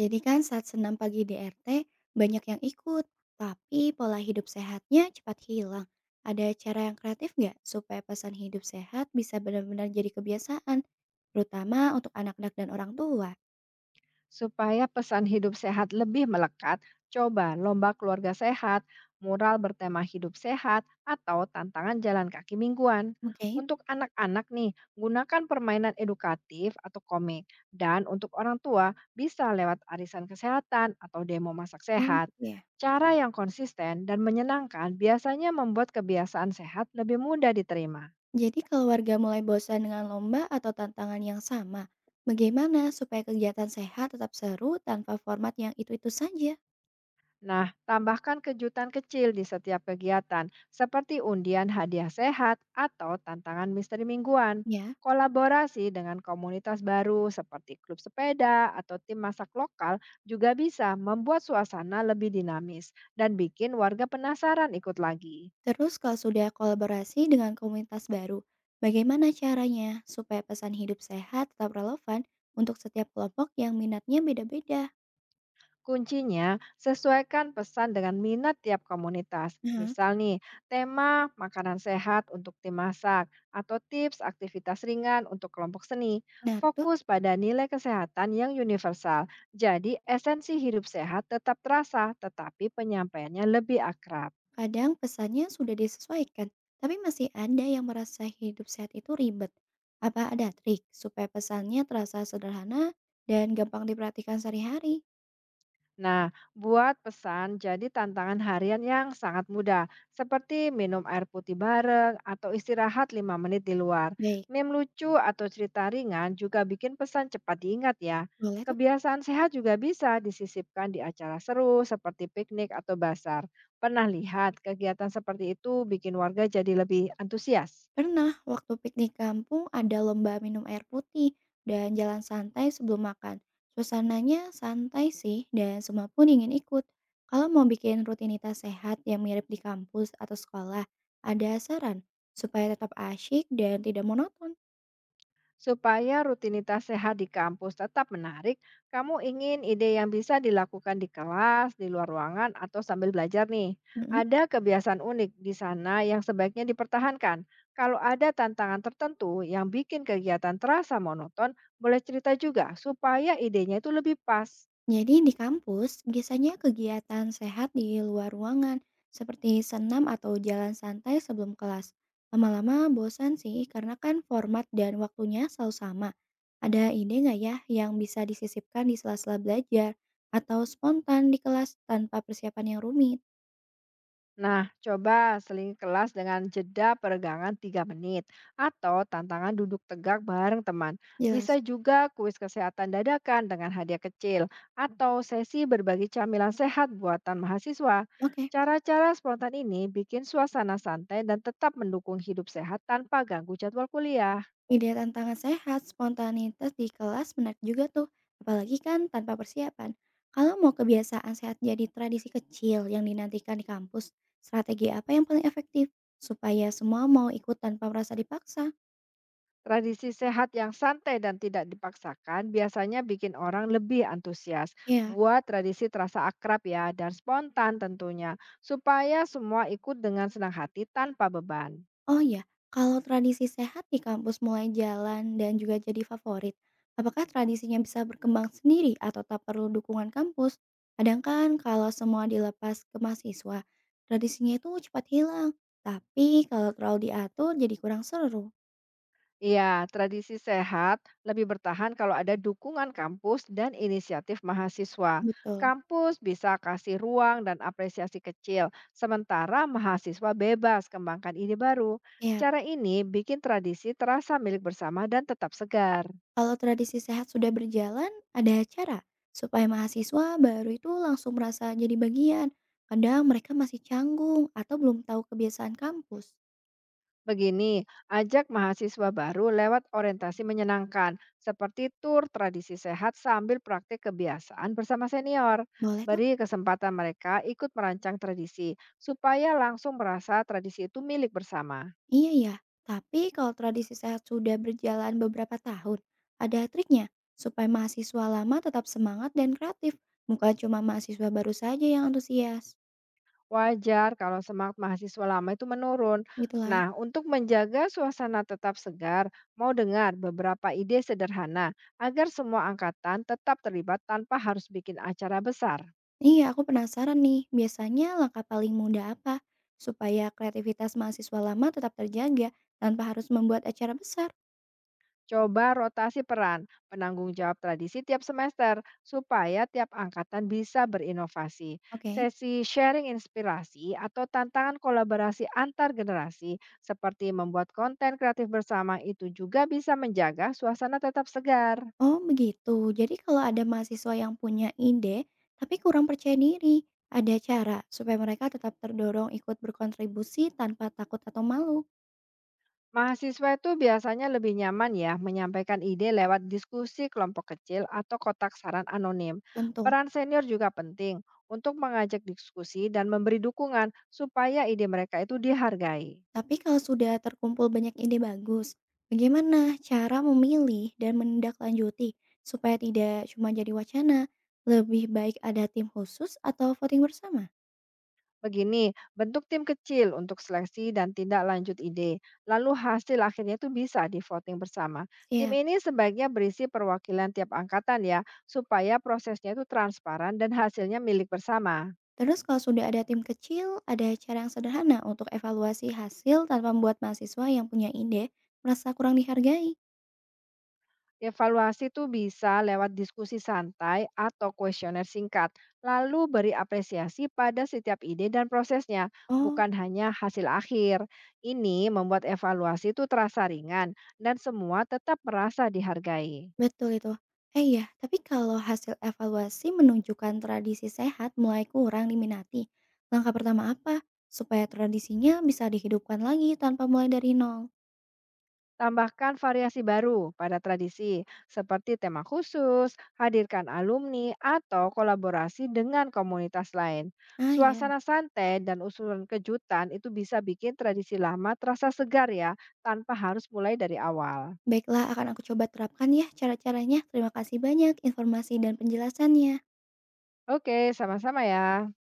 Jadi kan saat senam pagi di RT, banyak yang ikut, tapi pola hidup sehatnya cepat hilang. Ada cara yang kreatif nggak supaya pesan hidup sehat bisa benar-benar jadi kebiasaan, terutama untuk anak-anak dan orang tua? Supaya pesan hidup sehat lebih melekat, coba lomba keluarga sehat, mural bertema hidup sehat, atau tantangan jalan kaki mingguan. Oke, Untuk anak-anak nih, gunakan permainan edukatif atau komik. Dan untuk orang tua, bisa lewat arisan kesehatan atau demo masak oh sehat. gitu ya. Cara yang konsisten dan menyenangkan biasanya membuat kebiasaan sehat lebih mudah diterima. Jadi kalau warga mulai bosan dengan lomba atau tantangan yang sama, bagaimana supaya kegiatan sehat tetap seru tanpa format yang itu-itu saja? Nah, tambahkan kejutan kecil di setiap kegiatan, seperti undian hadiah sehat atau tantangan misteri mingguan. Ya, Kolaborasi dengan komunitas baru seperti klub sepeda atau tim masak lokal juga bisa membuat suasana lebih dinamis dan bikin warga penasaran ikut lagi. terus kalau sudah kolaborasi dengan komunitas baru, bagaimana caranya supaya pesan hidup sehat tetap relevan untuk setiap kelompok yang minatnya beda-beda? Kuncinya, sesuaikan pesan dengan minat tiap komunitas. Nah, Misal nih, tema makanan sehat untuk tim masak atau tips aktivitas ringan untuk kelompok seni. menarik tuh, Fokus pada nilai kesehatan yang universal. Jadi, esensi hidup sehat tetap terasa, tetapi penyampaiannya lebih akrab. kadang pesannya sudah disesuaikan, tapi masih ada yang merasa hidup sehat itu ribet. Apa ada trik supaya pesannya terasa sederhana dan gampang diperhatikan sehari-hari? Nah, buat pesan jadi tantangan harian yang sangat mudah, seperti minum air putih bareng atau istirahat 5 menit di luar. Baik, Meme lucu atau cerita ringan juga bikin pesan cepat diingat ya. boleh tuh. Kebiasaan sehat juga bisa disisipkan di acara seru seperti piknik atau basar. Pernah lihat kegiatan seperti itu bikin warga jadi lebih antusias? Pernah, waktu piknik kampung ada lomba minum air putih dan jalan santai sebelum makan. Suasananya santai sih dan semua pun ingin ikut. Kalau mau bikin rutinitas sehat yang mirip di kampus atau sekolah, ada saran supaya tetap asyik dan tidak monoton. Supaya rutinitas sehat di kampus tetap menarik, kamu ingin ide yang bisa dilakukan di kelas, di luar ruangan, atau sambil belajar nih. Mm-mm. Ada kebiasaan unik di sana yang sebaiknya dipertahankan. Kalau ada tantangan tertentu yang bikin kegiatan terasa monoton, boleh cerita juga supaya idenya itu lebih pas. Jadi di kampus, biasanya kegiatan sehat di luar ruangan, seperti senam atau jalan santai sebelum kelas. Lama-lama bosan sih, karena kan format dan waktunya selalu sama. Ada ide nggak ya yang bisa disisipkan di sela-sela belajar, atau spontan di kelas tanpa persiapan yang rumit? Nah, coba seling kelas dengan jeda peregangan 3 menit atau tantangan duduk tegak bareng teman. Jelas. Bisa juga kuis kesehatan dadakan dengan hadiah kecil atau sesi berbagi camilan sehat buatan mahasiswa. Oke. Cara-cara spontan ini bikin suasana santai dan tetap mendukung hidup sehat tanpa ganggu jadwal kuliah. Ide tantangan sehat, spontanitas di kelas menarik juga tuh, apalagi kan tanpa persiapan. Kalau mau kebiasaan sehat jadi tradisi kecil yang dinantikan di kampus, strategi apa yang paling efektif supaya semua mau ikut tanpa merasa dipaksa? Tradisi sehat yang santai dan tidak dipaksakan biasanya bikin orang lebih antusias. Ya. Buat tradisi terasa akrab ya dan spontan tentunya, supaya semua ikut dengan senang hati tanpa beban. Oh ya, kalau tradisi sehat di kampus mulai jalan dan juga jadi favorit, apakah tradisinya bisa berkembang sendiri atau tak perlu dukungan kampus? Kadang kan kalau semua dilepas ke mahasiswa, tradisinya itu cepat hilang. Tapi kalau terlalu diatur jadi kurang seru. Iya, tradisi sehat lebih bertahan kalau ada dukungan kampus dan inisiatif mahasiswa. Betul. Kampus bisa kasih ruang dan apresiasi kecil, sementara mahasiswa bebas kembangkan ide baru. Ya, Cara ini bikin tradisi terasa milik bersama dan tetap segar. kalau tradisi sehat sudah berjalan, ada cara supaya mahasiswa baru itu langsung merasa jadi bagian. Kadang mereka masih canggung atau belum tahu kebiasaan kampus. Begini, ajak mahasiswa baru lewat orientasi menyenangkan, seperti tur tradisi sehat sambil praktik kebiasaan bersama senior. Boleh tuh. Beri kesempatan mereka ikut merancang tradisi, supaya langsung merasa tradisi itu milik bersama. Iya ya, tapi kalau tradisi sehat sudah berjalan beberapa tahun, ada triknya supaya mahasiswa lama tetap semangat dan kreatif, bukan cuma mahasiswa baru saja yang antusias. Wajar kalau semangat mahasiswa lama itu menurun. Gitulah. Nah, untuk menjaga suasana tetap segar, mau dengar beberapa ide sederhana agar semua angkatan tetap terlibat tanpa harus bikin acara besar. Iya, aku penasaran nih, biasanya langkah paling mudah apa supaya kreativitas mahasiswa lama tetap terjaga tanpa harus membuat acara besar? Coba rotasi peran penanggung jawab tradisi tiap semester supaya tiap angkatan bisa berinovasi. Oke. Sesi sharing inspirasi atau tantangan kolaborasi antar generasi seperti membuat konten kreatif bersama itu juga bisa menjaga suasana tetap segar. Oh begitu, jadi kalau ada mahasiswa yang punya ide, tapi kurang percaya diri, ada cara supaya mereka tetap terdorong ikut berkontribusi tanpa takut atau malu? Mahasiswa itu biasanya lebih nyaman ya menyampaikan ide lewat diskusi kelompok kecil atau kotak saran anonim. Tentu. Peran senior juga penting untuk mengajak diskusi dan memberi dukungan supaya ide mereka itu dihargai. Tapi kalau sudah terkumpul banyak ide bagus, bagaimana cara memilih dan menindaklanjuti supaya tidak cuma jadi wacana? Lebih baik ada tim khusus atau voting bersama? Begini, bentuk tim kecil untuk seleksi dan tindak lanjut ide. Lalu hasil akhirnya itu bisa di voting bersama. Tim Siap. ini sebaiknya berisi perwakilan tiap angkatan ya, supaya prosesnya itu transparan dan hasilnya milik bersama. Terus kalau sudah ada tim kecil, ada cara yang sederhana untuk evaluasi hasil tanpa membuat mahasiswa yang punya ide merasa kurang dihargai. Evaluasi itu bisa lewat diskusi santai atau kuesioner singkat, lalu beri apresiasi pada setiap ide dan prosesnya, Oh, bukan hanya hasil akhir. Ini membuat evaluasi itu terasa ringan dan semua tetap merasa dihargai. betul itu. Eh iya, tapi kalau hasil evaluasi menunjukkan tradisi sehat mulai kurang diminati, langkah pertama apa supaya tradisinya bisa dihidupkan lagi tanpa mulai dari nol? Tambahkan variasi baru pada tradisi, seperti tema khusus, hadirkan alumni, atau kolaborasi dengan komunitas lain. Ah ya, Suasana santai dan usulan kejutan itu bisa bikin tradisi lama terasa segar ya, tanpa harus mulai dari awal. baiklah akan aku coba terapkan ya cara-caranya. Terima kasih banyak informasi dan penjelasannya. Oke, sama-sama ya.